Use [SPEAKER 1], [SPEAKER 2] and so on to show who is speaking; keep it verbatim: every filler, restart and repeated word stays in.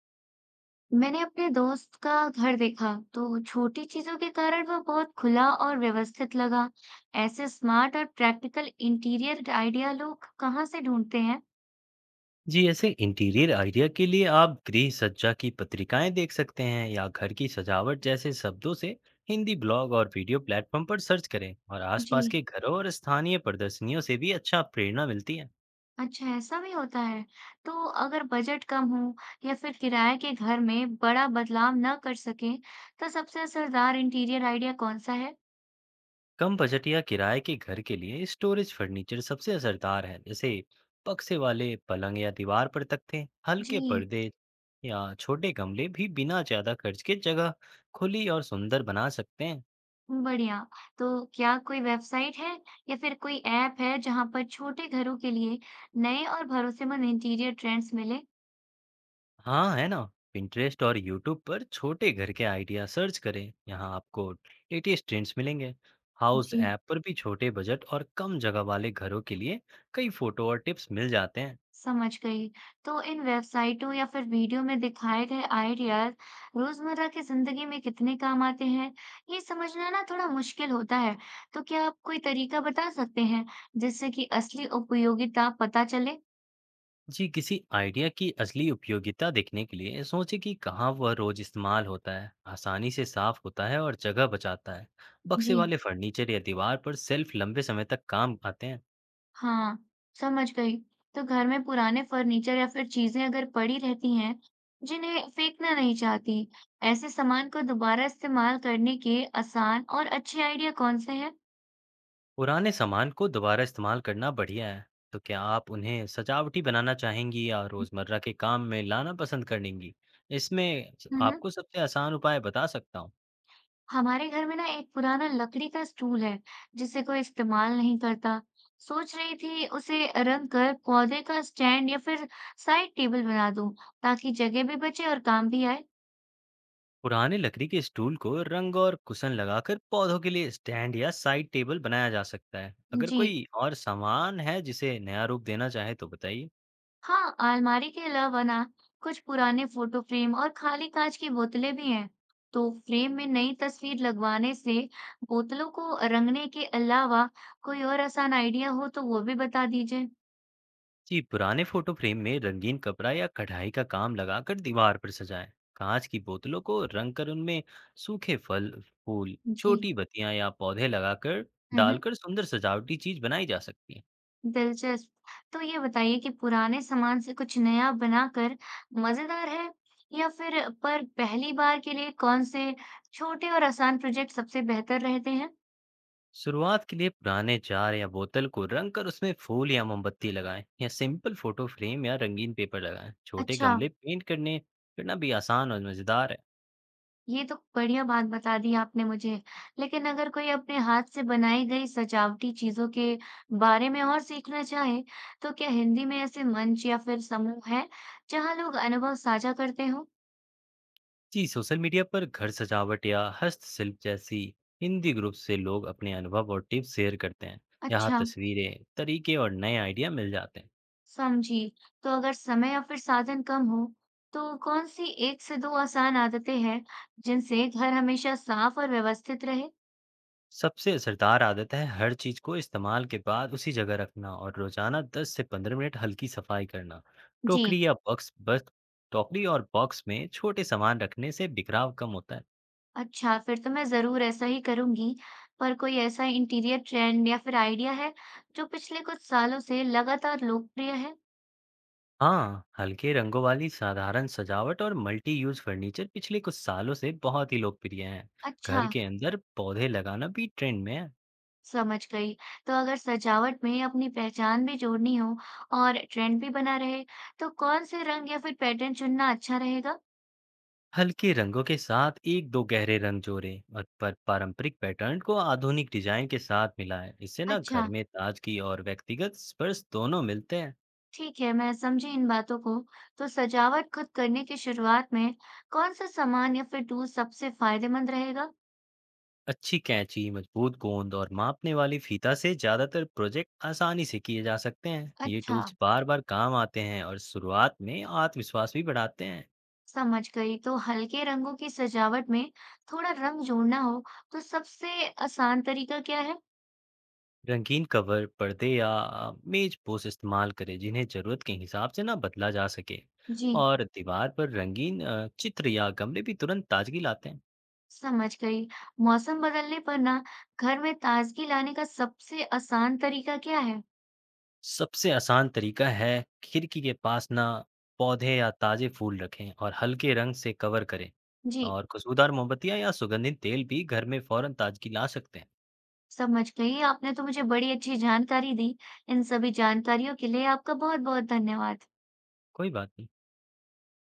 [SPEAKER 1] मैंने अपने दोस्त का घर देखा तो छोटी चीजों के कारण वह बहुत खुला और व्यवस्थित लगा। ऐसे स्मार्ट और प्रैक्टिकल इंटीरियर आइडिया लोग कहाँ से ढूंढते हैं?
[SPEAKER 2] जी ऐसे इंटीरियर आइडिया के लिए आप गृह सज्जा की पत्रिकाएं देख सकते हैं या घर की सजावट जैसे शब्दों से हिंदी ब्लॉग और वीडियो प्लेटफॉर्म पर सर्च करें और
[SPEAKER 1] जी,
[SPEAKER 2] आसपास के घरों और स्थानीय प्रदर्शनियों से भी अच्छा प्रेरणा मिलती है।
[SPEAKER 1] अच्छा ऐसा भी होता है। तो अगर बजट कम हो या फिर किराए के घर में बड़ा बदलाव न कर सके, तो सबसे असरदार इंटीरियर आइडिया कौन सा है?
[SPEAKER 2] कम बजट या किराए के घर के लिए स्टोरेज फर्नीचर सबसे असरदार है, जैसे पक्से वाले पलंग या दीवार पर तख्ते, हल्के
[SPEAKER 1] जी
[SPEAKER 2] पर्दे या छोटे गमले भी बिना ज्यादा खर्च के जगह खुली और सुंदर बना सकते हैं।
[SPEAKER 1] बढ़िया। तो क्या कोई वेबसाइट है या फिर कोई ऐप है जहाँ पर छोटे घरों के लिए नए और भरोसेमंद इंटीरियर ट्रेंड्स मिले?
[SPEAKER 2] हाँ, है ना। पिंटरेस्ट और यूट्यूब पर छोटे घर के आइडिया सर्च करें। यहाँ आपको लेटेस्ट ट्रेंड्स मिलेंगे। हाउस
[SPEAKER 1] जी
[SPEAKER 2] ऐप पर भी छोटे बजट और कम जगह वाले घरों के लिए कई फोटो और टिप्स मिल जाते हैं।
[SPEAKER 1] समझ गई। तो इन वेबसाइटों या फिर वीडियो में दिखाए गए आइडियाज रोजमर्रा की जिंदगी में कितने काम आते हैं, ये समझना ना थोड़ा मुश्किल होता है। तो क्या आप कोई तरीका बता सकते हैं जिससे कि असली उपयोगिता पता चले?
[SPEAKER 2] जी, किसी आइडिया की असली उपयोगिता देखने के लिए सोचें कि कहाँ वह रोज इस्तेमाल होता है, आसानी से साफ होता है और जगह बचाता है। बक्से
[SPEAKER 1] जी
[SPEAKER 2] वाले फर्नीचर या दीवार पर शेल्फ लंबे समय तक काम आते हैं।
[SPEAKER 1] हाँ, समझ गई। तो घर में पुराने फर्नीचर या फिर चीजें अगर पड़ी रहती हैं, जिन्हें फेंकना नहीं चाहती, ऐसे सामान को दोबारा इस्तेमाल करने के आसान और अच्छे आइडिया कौन से हैं?
[SPEAKER 2] पुराने सामान को दोबारा इस्तेमाल करना बढ़िया है। तो क्या आप उन्हें सजावटी बनाना चाहेंगी या रोजमर्रा के काम में लाना पसंद करेंगी? इसमें स-
[SPEAKER 1] हम्म,
[SPEAKER 2] आपको सबसे आसान उपाय बता सकता हूँ।
[SPEAKER 1] हमारे घर में ना एक पुराना लकड़ी का स्टूल है, जिसे कोई इस्तेमाल नहीं करता। सोच रही थी उसे रंग कर पौधे का स्टैंड या फिर साइड टेबल बना दूं, ताकि जगह भी बचे और काम भी आए।
[SPEAKER 2] पुराने लकड़ी के स्टूल को रंग और कुशन लगाकर पौधों के लिए स्टैंड या साइड टेबल बनाया जा सकता है। अगर
[SPEAKER 1] जी।
[SPEAKER 2] कोई और सामान है जिसे नया रूप देना चाहे तो बताइए।
[SPEAKER 1] हाँ, अलमारी के अलावा ना कुछ पुराने फोटो फ्रेम और खाली कांच की बोतलें भी हैं। तो फ्रेम में नई तस्वीर लगवाने से बोतलों को रंगने के अलावा कोई और आसान आइडिया हो तो वो भी बता दीजिए।
[SPEAKER 2] जी, पुराने फोटो फ्रेम में रंगीन कपड़ा या कढ़ाई का काम लगाकर दीवार पर सजाएं। कांच की बोतलों को रंग कर उनमें सूखे फल, फूल,
[SPEAKER 1] जी,
[SPEAKER 2] छोटी बत्तियां या पौधे लगाकर
[SPEAKER 1] हम्म, हम्म।
[SPEAKER 2] डालकर सुंदर सजावटी चीज बनाई जा सकती है।
[SPEAKER 1] दिलचस्प। तो ये बताइए कि पुराने सामान से कुछ नया बनाकर मजेदार है या फिर पर पहली बार के लिए कौन से छोटे और आसान प्रोजेक्ट सबसे बेहतर रहते हैं?
[SPEAKER 2] शुरुआत के लिए पुराने जार या बोतल को रंग कर उसमें फूल या मोमबत्ती लगाएं या सिंपल फोटो फ्रेम या रंगीन पेपर लगाएं, छोटे
[SPEAKER 1] अच्छा।
[SPEAKER 2] गमले पेंट करने करना भी आसान और मजेदार है।
[SPEAKER 1] ये तो बढ़िया बात बता दी आपने मुझे। लेकिन अगर कोई अपने हाथ से बनाई गई सजावटी चीज़ों के बारे में और सीखना चाहे, तो क्या हिंदी में ऐसे मंच या फिर समूह हैं, जहाँ लोग अनुभव साझा करते हों?
[SPEAKER 2] जी, सोशल मीडिया पर घर सजावट या हस्तशिल्प जैसी हिंदी ग्रुप से लोग अपने अनुभव और टिप्स शेयर करते हैं। यहाँ
[SPEAKER 1] अच्छा,
[SPEAKER 2] तस्वीरें, तरीके और नए आइडिया मिल जाते हैं।
[SPEAKER 1] समझी। तो अगर समय या फिर साधन कम हो, तो कौन सी एक से दो आसान आदतें हैं, जिनसे घर हमेशा साफ और व्यवस्थित रहे?
[SPEAKER 2] सबसे असरदार आदत है हर चीज को इस्तेमाल के बाद उसी जगह रखना और रोजाना दस से पंद्रह मिनट हल्की सफाई करना।
[SPEAKER 1] जी।
[SPEAKER 2] टोकरी या बॉक्स, बस टोकरी और बॉक्स में छोटे सामान रखने से बिखराव कम होता है।
[SPEAKER 1] अच्छा, फिर तो मैं ज़रूर ऐसा ही करूँगी। पर कोई ऐसा इंटीरियर ट्रेंड या फिर आइडिया है, जो पिछले कुछ सालों से लगातार लोकप्रिय है?
[SPEAKER 2] हाँ, हल्के रंगों वाली साधारण सजावट और मल्टी यूज फर्नीचर पिछले कुछ सालों से बहुत ही लोकप्रिय हैं।
[SPEAKER 1] अच्छा,
[SPEAKER 2] घर के अंदर पौधे लगाना भी ट्रेंड में है।
[SPEAKER 1] समझ गई। तो अगर सजावट में अपनी पहचान भी जोड़नी हो और ट्रेंड भी बना रहे, तो कौन से रंग या फिर पैटर्न चुनना अच्छा रहेगा?
[SPEAKER 2] हल्के रंगों के साथ एक दो गहरे रंग जोड़े और पर पारंपरिक पैटर्न को आधुनिक डिजाइन के साथ मिलाएं। इससे ना घर
[SPEAKER 1] अच्छा,
[SPEAKER 2] में ताजगी और व्यक्तिगत स्पर्श दोनों मिलते हैं।
[SPEAKER 1] ठीक है, मैं समझी इन बातों को। तो सजावट खुद करने की शुरुआत में कौन सा सामान या फिर टूल सबसे फायदेमंद रहेगा?
[SPEAKER 2] अच्छी कैंची, मजबूत गोंद और मापने वाली फीता से ज्यादातर प्रोजेक्ट आसानी से किए जा सकते हैं। ये
[SPEAKER 1] अच्छा।
[SPEAKER 2] टूल्स बार बार काम आते हैं और शुरुआत में आत्मविश्वास भी बढ़ाते हैं।
[SPEAKER 1] समझ गई तो हल्के रंगों की सजावट में थोड़ा रंग जोड़ना हो तो सबसे आसान तरीका क्या है।
[SPEAKER 2] रंगीन कवर, पर्दे या अ, मेज पोस्ट इस्तेमाल करें जिन्हें ज़रूरत के हिसाब से ना बदला जा सके
[SPEAKER 1] जी
[SPEAKER 2] और दीवार पर रंगीन अ, चित्र या गमले भी तुरंत ताजगी लाते हैं।
[SPEAKER 1] समझ गई। मौसम बदलने पर ना घर में ताजगी लाने का सबसे आसान तरीका क्या है।
[SPEAKER 2] सबसे आसान तरीका है खिड़की के पास ना पौधे या ताज़े फूल रखें और हल्के रंग से कवर करें
[SPEAKER 1] जी
[SPEAKER 2] और खुशबूदार मोमबत्तियां या सुगंधित तेल भी घर में फौरन ताजगी ला सकते हैं।
[SPEAKER 1] समझ गई आपने तो मुझे बड़ी अच्छी जानकारी दी। इन सभी जानकारियों के लिए आपका बहुत बहुत धन्यवाद।
[SPEAKER 2] कोई बात नहीं।